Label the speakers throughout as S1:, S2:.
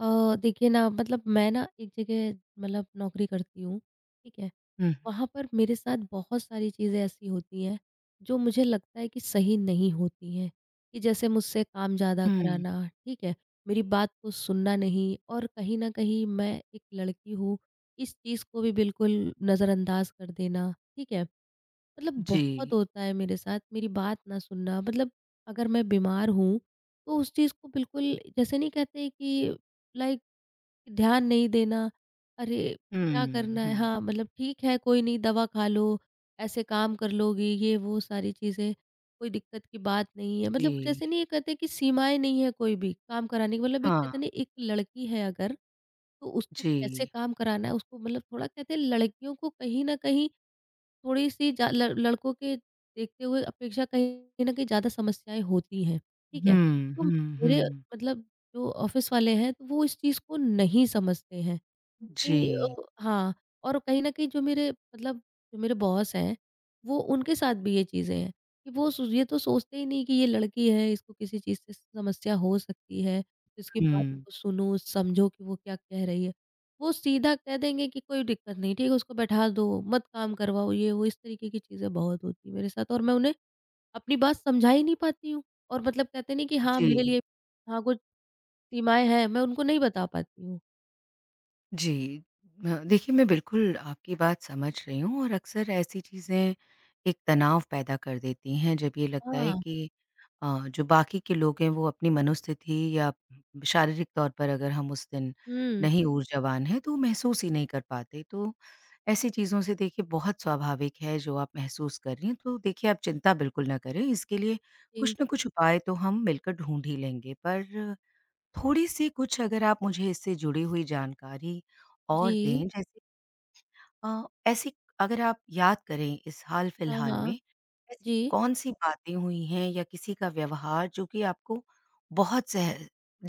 S1: देखिए ना मतलब मैं ना एक जगह मतलब नौकरी करती हूँ, ठीक है?
S2: हुँ,
S1: वहाँ पर मेरे साथ बहुत सारी चीज़ें ऐसी होती हैं, जो मुझे लगता है कि सही नहीं होती हैं, कि जैसे मुझसे काम ज़्यादा
S2: हुँ,
S1: कराना, ठीक है? मेरी बात को सुनना नहीं और कहीं न कहीं मैं एक लड़की हूँ, इस चीज़ को भी बिल्कुल नज़रअंदाज कर देना, ठीक है? मतलब
S2: जी।
S1: बहुत होता है मेरे साथ, मेरी बात ना सुनना मतलब अगर मैं बीमार हूँ, तो उस चीज़ को बिल्कुल जैसे नहीं कहते कि लाइक ध्यान नहीं देना, अरे! क्या
S2: हुँ,
S1: करना है?
S2: हुँ,
S1: हाँ, मतलब ठीक है कोई नहीं दवा खा लो, ऐसे काम कर लोगी, ये वो सारी चीज़ें, कोई दिक्कत की बात नहीं है। मतलब
S2: जी।
S1: जैसे नहीं ये कहते कि सीमाएँ नहीं है कोई भी काम कराने की मतलब एक
S2: हाँ,
S1: कहते हैं ना एक लड़की है अगर, तो उसको कैसे
S2: जी।
S1: काम कराना है उसको मतलब थोड़ा कहते हैं लड़कियों को कहीं न कहीं थोड़ी-सी जा ल लड़कों के देखते हुए अपेक्षा कहीं न कहीं ज़्यादा समस्याएँ होती हैं, ठीक है?
S2: हुँ,
S1: तो
S2: हुँ,
S1: मेरे
S2: हुँ।
S1: मतलब जो ऑफ़िस वाले हैं, तो वो इस चीज़ को नहीं समझते हैं। कि
S2: जी,
S1: हाँ, और कहीं न कहीं जो मेरे मतलब जो मेरे बॉस हैं, वो उनके साथ भी ये चीज़ें हैं कि वो सो ये तो सोचते ही नहीं कि ये लड़की है, इसको किसी चीज़ से समस्या हो सकती है, इसकी बात
S2: हुँ,
S1: को सुनो, समझो कि वो क्या कह रही है। वो सीधा कह देंगे कि कोई दिक्कत नहीं, ठीक है, उसको बैठा दो, मत काम करवाओ, ये वो, इस तरीके की चीज़ें बहुत होती हैं मेरे साथ और मैं उन्हें अपनी बात समझा ही नहीं पाती हूँ और मतलब कहते हैं ना कि हाँ,
S2: जी,
S1: मेरे लिए हाँ, कुछ सीमाएँ हैं, मैं उनको नहीं बता पाती हूँ।
S2: जी। देखिए, मैं बिल्कुल आपकी बात समझ रही हूँ और अक्सर ऐसी चीज़ें एक तनाव पैदा कर देती हैं, जब ये लगता है
S1: हाँ।
S2: कि जो बाकी के लोग हैं, वो अपनी मनोस्थिति या शारीरिक तौर पर अगर हम उस दिन
S1: हुँ।
S2: नहीं ऊर्जावान हैं तो महसूस ही नहीं कर पाते। तो ऐसी चीज़ों से देखिए, बहुत स्वाभाविक है जो आप महसूस कर रही हैं। तो देखिए, आप चिंता बिल्कुल ना करें, इसके लिए
S1: जी।
S2: कुछ न कुछ उपाय तो हम मिलकर ढूँढ ही लेंगे। पर थोड़ी-सी कुछ अगर आप मुझे इससे जुड़ी हुई जानकारी और
S1: जी।
S2: दें, जैसे ऐसी, अगर आप याद करें इस
S1: हाँ,
S2: हाल-फिलहाल
S1: हाँ।
S2: में, ऐसी
S1: जी।
S2: कौन-सी बातें हुई हैं या किसी का व्यवहार जो कि आपको बहुत सह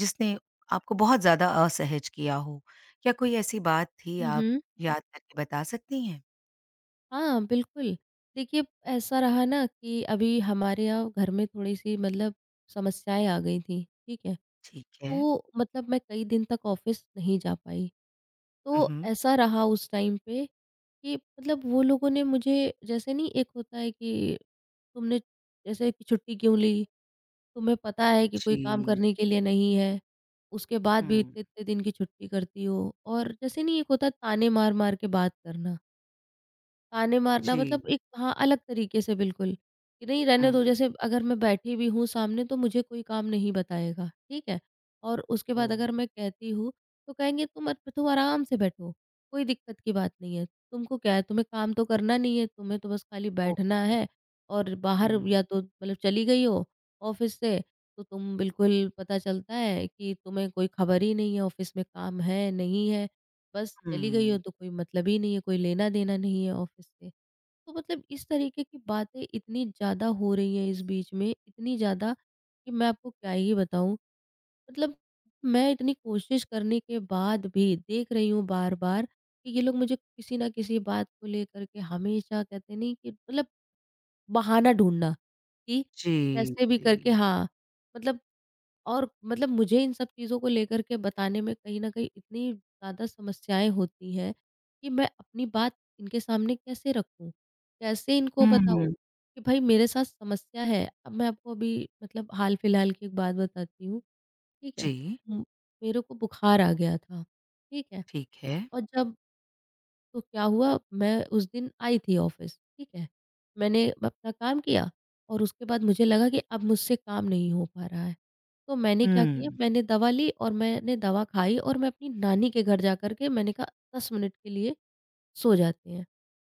S2: जिसने आपको बहुत ज़्यादा असहज किया हो? क्या कोई ऐसी बात थी
S1: हुँ,
S2: आप
S1: हुँ।
S2: याद करके बता सकती हैं?
S1: हाँ, बिल्कुल। देखिए, ऐसा रहा ना कि अभी हमारे यहाँ घर में थोड़ी-सी मतलब समस्याएँ आ गई थीं, ठीक है?
S2: ठीक है।
S1: तो मतलब मैं कई दिन तक ऑफ़िस नहीं जा पाई।
S2: हुँ,
S1: तो
S2: हुँ।
S1: ऐसा रहा उस टाइम पे कि मतलब वो लोगों ने मुझे जैसे नहीं एक होता है कि तुमने जैसे कि छुट्टी क्यों ली? तुम्हें पता है कि कोई
S2: जी।
S1: काम करने के लिए नहीं है, उसके बाद भी
S2: हुँ।
S1: इतने-इतने दिन की छुट्टी करती हो और जैसे नहीं एक होता है ताने मार-मार के बात करना। ताने मारना
S2: जी।
S1: मतलब एक हाँ, अलग तरीके से बिल्कुल, कि नहीं
S2: हुँ।
S1: रहने दो जैसे अगर मैं बैठी भी हूँ सामने तो मुझे कोई काम नहीं बताएगा, ठीक है? और उसके बाद
S2: ओह!
S1: अगर मैं कहती हूँ, तो कहेंगे तुम आराम से बैठो, कोई दिक्कत की बात नहीं है, तुमको क्या है तुम्हें काम तो करना नहीं है, तुम्हें तो बस खाली
S2: ओह!
S1: बैठना है और बाहर
S2: हुँ।
S1: या तो मतलब चली गई हो ऑफ़िस से, तो तुम बिल्कुल पता चलता है कि तुम्हें कोई खबर ही नहीं है ऑफ़िस में काम है, नहीं है। बस चली गई हो
S2: हुँ।
S1: तो कोई मतलब ही नहीं है, कोई लेना-देना नहीं है ऑफिस से। तो मतलब इस तरीके की बातें इतनी ज़्यादा हो रही हैं इस बीच में, इतनी ज़्यादा कि मैं आपको क्या ही बताऊँ। मतलब मैं इतनी कोशिश करने के बाद भी देख रही हूँ बार-बार कि ये लोग मुझे किसी न किसी बात को लेकर के हमेशा कहते नहीं कि मतलब बहाना ढूँढना कि
S2: जी,
S1: कैसे भी
S2: जी।
S1: करके हाँ, मतलब और मतलब मुझे इन सब चीज़ों को लेकर के बताने में कहीं न कहीं इतनी ज़्यादा समस्याएँ होती हैं, कि मैं अपनी बात इनके सामने कैसे रखूँ? कैसे इनको बताऊँ
S2: हुँ।
S1: कि भई मेरे साथ समस्या है? अब मैं आपको अभी मतलब हाल-फिलहाल की एक बात बताती हूँ, ठीक है?
S2: जी,
S1: उम, मेरे को बुखार आ गया था, ठीक है?
S2: ठीक है।
S1: और जब तो क्या हुआ मैं उस दिन आई थी ऑफिस, ठीक है? मैंने अपना काम किया और उसके बाद मुझे लगा कि अब मुझसे काम नहीं हो पा रहा है। तो मैंने क्या किया
S2: हुँ,
S1: मैंने दवा ली और मैंने दवा खाई और मैं अपनी नानी के घर जा कर के मैंने कहा 10 मिनट के लिए सो जाते हैं।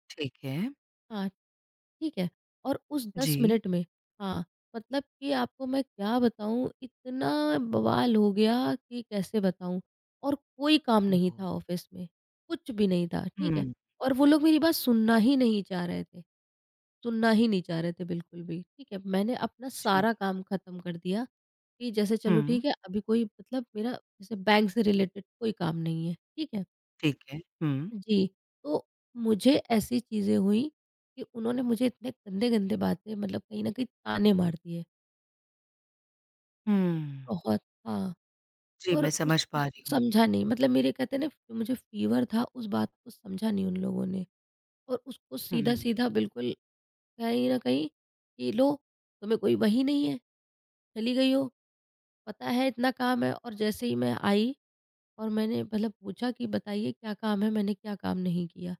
S2: ठीक है।
S1: हाँ, ठीक है? और उस 10
S2: जी।
S1: मिनट में हाँ, मतलब कि आपको मैं क्या बताऊँ इतना बवाल हो गया कि कैसे बताऊँ और कोई काम नहीं
S2: ओह!
S1: था ऑफ़िस में, कुछ भी नहीं था, ठीक है?
S2: हुँ।
S1: और वो लोग मेरी बात सुनना ही नहीं चाह रहे थे, सुनना ही नहीं चाह रहे थे बिल्कुल भी, ठीक है? मैंने अपना
S2: जी।
S1: सारा काम ख़त्म कर दिया कि जैसे चलो
S2: हुँ,
S1: ठीक है, अभी कोई मतलब मेरा जैसे बैंक से रिलेटेड कोई काम नहीं है, ठीक है?
S2: ठीक है। हुँ।
S1: जी, तो मुझे ऐसी चीज़ें हुई कि उन्होंने मुझे इतने गंदे-गंदे बातें मतलब कहीं न कहीं ताने मार दिए,
S2: हुँ।
S1: बहुत हाँ,
S2: जी,
S1: और
S2: मैं
S1: उस
S2: समझ
S1: चीज़
S2: पा
S1: को
S2: रही हूँ।
S1: समझा नहीं मतलब मेरे कहते हैं ना जो मुझे फ़ीवर था उस बात को समझा नहीं उन लोगों ने और उसको
S2: हुँ।
S1: सीधा-सीधा बिल्कुल कहीं न कहीं कि लो तुम्हें कोई वही नहीं है, चली गई हो, पता है इतना काम है और जैसे ही मैं आई और मैंने मतलब पूछा कि बताइए क्या काम है, मैंने क्या काम नहीं किया।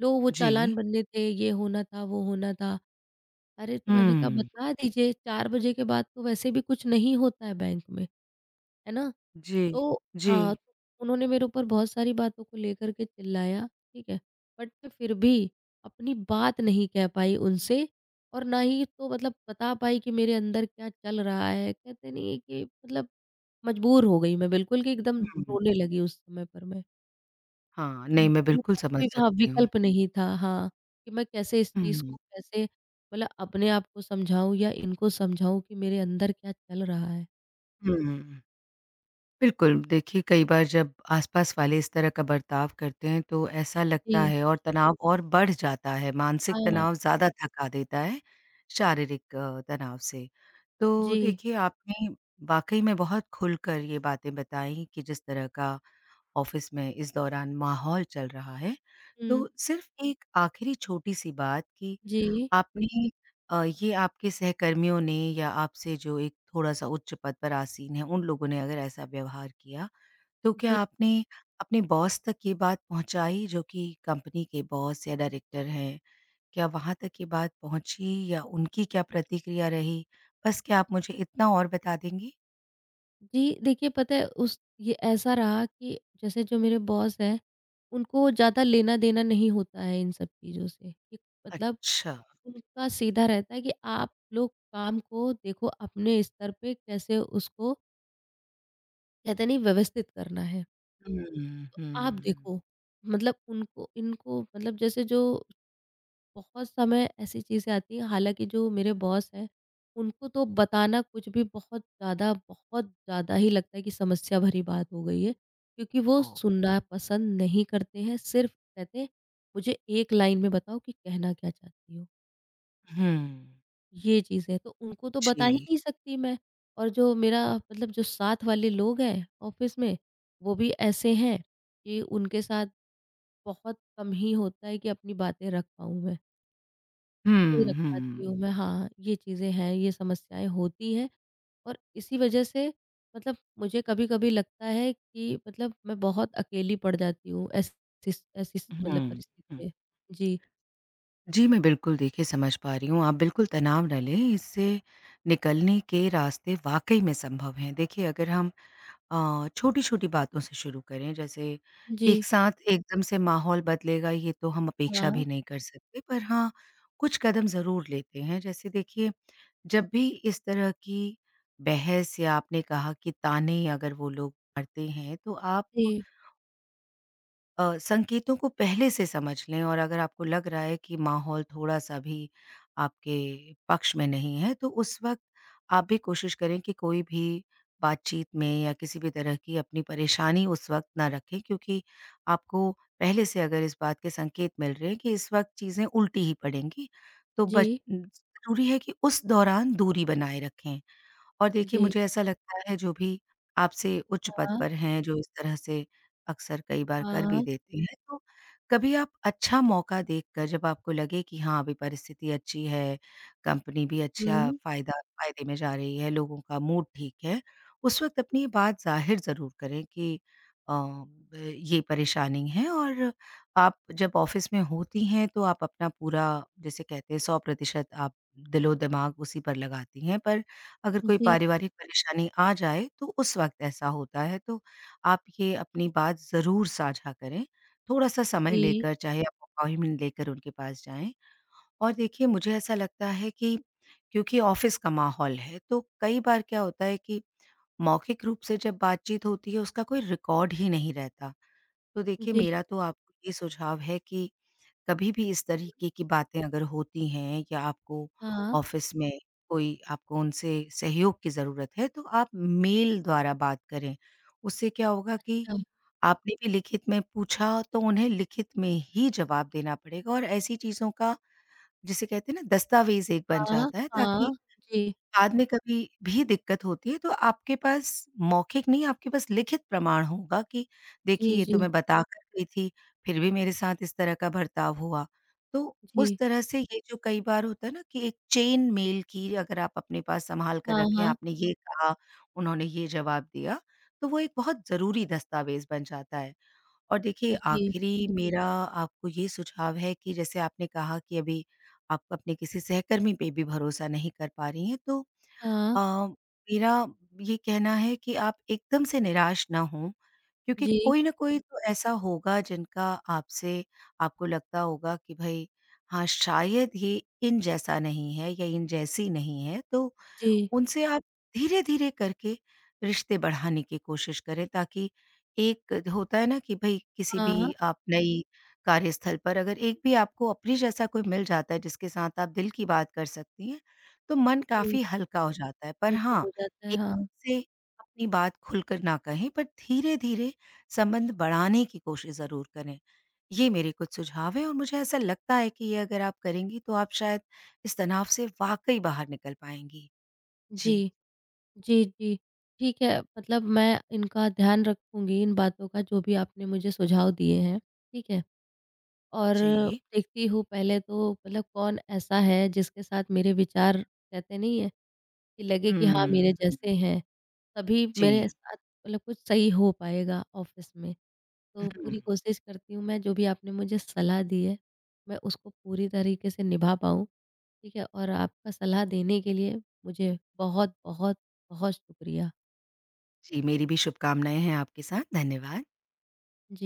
S1: लो वो
S2: जी।
S1: चालान बनने थे, ये होना था, वो होना था। अरे! तो मैंने कहा
S2: हुँ।
S1: बता दीजिए 4 बजे के बाद तो वैसे भी कुछ नहीं होता है बैंक में, है ना?
S2: जी,
S1: तो
S2: जी।
S1: हाँ, तो उन्होंने मेरे ऊपर बहुत सारी बातों को लेकर के चिल्लाया, ठीक है? बट मैं फिर भी अपनी बात नहीं कह पाई उनसे और ना ही तो मतलब बता पाई कि मेरे अंदर क्या चल रहा है। कहते नहीं है कि मतलब मजबूर हो गई मैं बिल्कुल कि एकदम
S2: हुँ।
S1: रोने लगी उस समय पर मैं।
S2: हाँ, नहीं, मैं
S1: मेरे
S2: बिल्कुल
S1: पास
S2: समझ
S1: कोई हाँ,
S2: सकती हूँ।
S1: विकल्प नहीं था हाँ, कि मैं कैसे इस चीज़ को
S2: हुँ।
S1: कैसे मतलब अपने आप को समझाऊँ या इनको समझाऊँ कि मेरे अंदर क्या चल रहा है?
S2: हुँ। बिल्कुल। देखिए, कई बार जब आस-पास वाले इस तरह का बर्ताव करते हैं, तो ऐसा लगता
S1: जी,
S2: है और तनाव और बढ़ जाता है। मानसिक
S1: हाँ,
S2: तनाव ज़्यादा थका देता है शारीरिक तनाव से। तो
S1: जी,
S2: देखिए, आपने वाक़ई में बहुत खुलकर ये बातें बताई कि जिस तरह का ऑफिस में इस दौरान माहौल चल रहा है,
S1: हुँ,
S2: तो सिर्फ एक आखिरी छोटी-सी बात कि
S1: जी,
S2: आपने ये आपके सहकर्मियों ने या आपसे जो एक थोड़ा-सा उच्च पद पर आसीन हैं, उन लोगों ने अगर ऐसा व्यवहार किया, तो क्या
S1: जी,
S2: आपने अपने बॉस तक ये बात पहुँचाई, जो कि कंपनी के बॉस या डायरेक्टर हैं? क्या वहाँ तक ये बात पहुँची या उनकी क्या प्रतिक्रिया रही? बस क्या आप मुझे इतना और बता देंगी?
S1: जी, देखिए पता है उस ये ऐसा रहा कि जैसे जो मेरे बॉस हैं, उनको ज़्यादा लेना-देना नहीं होता है इन सब चीज़ों से, कि मतलब
S2: अच्छा।
S1: उनका सीधा रहता है कि आप लोग काम को देखो अपने स्तर पे कैसे उसको कहते नहीं व्यवस्थित करना है।
S2: हुँ,
S1: आप
S2: हुँ।
S1: देखो मतलब उनको इनको मतलब जैसे जो बहुत समय ऐसी चीज़ें आती हैं हालाँकि जो मेरे बॉस हैं, उनको तो बताना कुछ भी बहुत ज़्यादा ही लगता है कि समस्या भरी बात हो गई है, क्योंकि वो
S2: ओह!
S1: सुनना पसंद नहीं करते हैं, सिर्फ़ कहते हैं, "मुझे एक लाइन में बताओ कि कहना क्या चाहती हो?"
S2: हुँ।
S1: ये चीज़ है, तो उनको तो बता
S2: जी।
S1: ही नहीं सकती मैं और जो मेरा मतलब जो साथ वाले लोग हैं ऑफ़िस में, वो भी ऐसे हैं कि उनके साथ बहुत कम ही होता है कि अपनी बातें रख पाऊँ मैं, नहीं
S2: हुँ,
S1: रख पाती
S2: हुँ।
S1: हूँ मैं हाँ, ये चीज़ें हैं, ये समस्याएँ होती हैं और इसी वजह से मतलब मुझे कभी-कभी लगता है कि मतलब मैं बहुत अकेली पड़ जाती हूँ ऐसी ऐसी मतलब
S2: हुँ, हुँ।
S1: परिस्थिति में। जी।
S2: जी, मैं बिल्कुल देखिए समझ पा रही हूँ। आप बिल्कुल तनाव ना लें, इससे निकलने के रास्ते वाक़ई में संभव हैं। देखिए, अगर हम छोटी-छोटी बातों से शुरू करें, जैसे
S1: जी।
S2: एक साथ एकदम से माहौल बदलेगा ये तो हम अपेक्षा
S1: हाँ।
S2: भी नहीं कर सकते, पर हाँ, कुछ कदम ज़रूर लेते हैं। जैसे देखिए, जब भी इस तरह की बहस या आपने कहा कि ताने अगर वो लोग मारते हैं, तो आप
S1: जी।
S2: संकेतों को पहले से समझ लें, और अगर आपको लग रहा है कि माहौल थोड़ा-सा भी आपके पक्ष में नहीं है, तो उस वक़्त आप भी कोशिश करें कि कोई भी बातचीत में या किसी भी तरह की अपनी परेशानी उस वक़्त ना रखें, क्योंकि आपको पहले से अगर इस बात के संकेत मिल रहे हैं कि इस वक़्त चीज़ें उल्टी ही पड़ेंगी, तो बच
S1: जी।
S2: ज़रूरी है कि उस दौरान दूरी बनाए रखें। और देखिए,
S1: जी।
S2: मुझे ऐसा लगता है, जो भी आपसे उच्च पद
S1: हाँ।
S2: पर हैं, जो इस तरह से अक्सर कई बार कर भी
S1: हाँ।
S2: देते हैं, तो कभी आप अच्छा मौका देखकर, जब आपको लगे कि हाँ, अभी परिस्थिति अच्छी है, कंपनी भी अच्छा
S1: हुँ।
S2: फ़ायदा फ़ायदे में जा रही है, लोगों का मूड ठीक है, उस वक़्त अपनी ये बात ज़ाहिर ज़रूर करें कि अ, ब ये परेशानी है, और आप जब ऑफ़िस में होती हैं तो आप अपना पूरा, जिसे कहते हैं 100%, आप दिलो-दिमाग उसी पर लगाती हैं, पर अगर कोई
S1: जी,
S2: पारिवारिक परेशानी आ जाए तो उस वक़्त ऐसा होता है, तो आप ये अपनी बात ज़रूर साझा करें। थोड़ा-सा समय
S1: जी,
S2: लेकर, चाहे आप अपॉइंटमेंट लेकर उनके पास जाएँ। और देखिए, मुझे ऐसा लगता है कि क्योंकि ऑफ़िस का माहौल है, तो कई बार क्या होता है कि मौखिक रूप से जब बातचीत होती है, उसका कोई रिकॉर्ड ही नहीं रहता। तो देखिए,
S1: जी।
S2: मेरा तो आपको ये सुझाव है कि कभी भी इस तरीके की बातें अगर होती हैं या आपको
S1: हाँ।
S2: ऑफ़िस में कोई, आपको उनसे सहयोग की ज़रूरत है, तो आप मेल द्वारा बात करें। उससे क्या होगा कि
S1: अच्छा।
S2: आपने भी लिखित में पूछा, तो उन्हें लिखित में ही जवाब देना पड़ेगा, और ऐसी चीज़ों का जिसे कहते हैं ना, दस्तावेज़ एक बन
S1: हाँ,
S2: जाता है, ताकि
S1: हाँ। जी।
S2: बाद में कभी भी दिक्कत होती है, तो आपके पास मौखिक नहीं, आपके पास लिखित प्रमाण होगा कि देखिए,
S1: जी,
S2: ये
S1: जी,
S2: तो मैं बताकर गई थी, फिर भी मेरे साथ इस तरह का बर्ताव हुआ। तो
S1: जी।
S2: उस तरह से, ये जो कई बार होता है ना, कि एक चेन मेल की अगर आप अपने पास सँभाल कर
S1: हाँ,
S2: रखें,
S1: हाँ।
S2: आपने ये कहा, उन्होंने ये जवाब दिया, तो वो एक बहुत ज़रूरी दस्तावेज़ बन जाता है। और देखिए,
S1: जी।
S2: आखिरी मेरा आपको ये सुझाव है कि जैसे आपने कहा कि अभी आप अपने किसी सहकर्मी पे भी भरोसा नहीं कर पा रही हैं, तो
S1: हाँ।
S2: अ, मेरा ये कहना है कि आप एकदम से निराश ना हों, क्योंकि
S1: जी।
S2: कोई ना कोई तो ऐसा होगा जिनका आपसे, आपको लगता होगा कि भई हाँ, शायद ये इन जैसा नहीं है या इन जैसी नहीं है, तो
S1: जी।
S2: उनसे आप धीरे-धीरे करके रिश्ते बढ़ाने की कोशिश करें, ताकि एक होता है ना कि भई किसी भी,
S1: हाँ,
S2: आप नई कार्यस्थल पर अगर एक भी आपको अपने जैसा कोई मिल जाता है जिसके साथ आप दिल की बात कर सकती हैं, तो मन
S1: जी,
S2: काफ़ी हल्का हो जाता है। पर
S1: हल्का
S2: हाँ,
S1: हो जाता है,
S2: एकदम
S1: हाँ।
S2: से अपनी बात खुलकर ना कहें, पर धीरे-धीरे संबंध बढ़ाने की कोशिश ज़रूर करें। ये मेरे कुछ सुझाव हैं, और मुझे ऐसा लगता है कि ये अगर आप करेंगी तो आप शायद इस तनाव से वाक़ई बाहर निकल पाएँगी। जी,
S1: जी, जी, जी। ठीक है, मतलब मैं इनका ध्यान रखूँगी, इन बातों का जो भी आपने मुझे सुझाव दिए हैं, ठीक है? और
S2: जी।
S1: देखती हूँ पहले तो मतलब कौन ऐसा है जिसके साथ मेरे विचार कहते नहीं है कि लगे कि हाँ, मेरे
S2: हुँ,
S1: जैसे
S2: हुँ।
S1: हैं, तभी मेरे
S2: जी,
S1: साथ मतलब कुछ सही हो पाएगा ऑफ़िस में। तो
S2: हुँ।
S1: पूरी कोशिश करती हूँ मैं जो भी आपने मुझे सलाह दी है, मैं उसको पूरी तरीके से निभा पाऊँ। ठीक है और आपका सलाह देने के लिए मुझे बहुत बहुत बहुत शुक्रिया।
S2: जी, मेरी भी शुभकामनाएँ हैं आपके साथ। धन्यवाद।
S1: जी।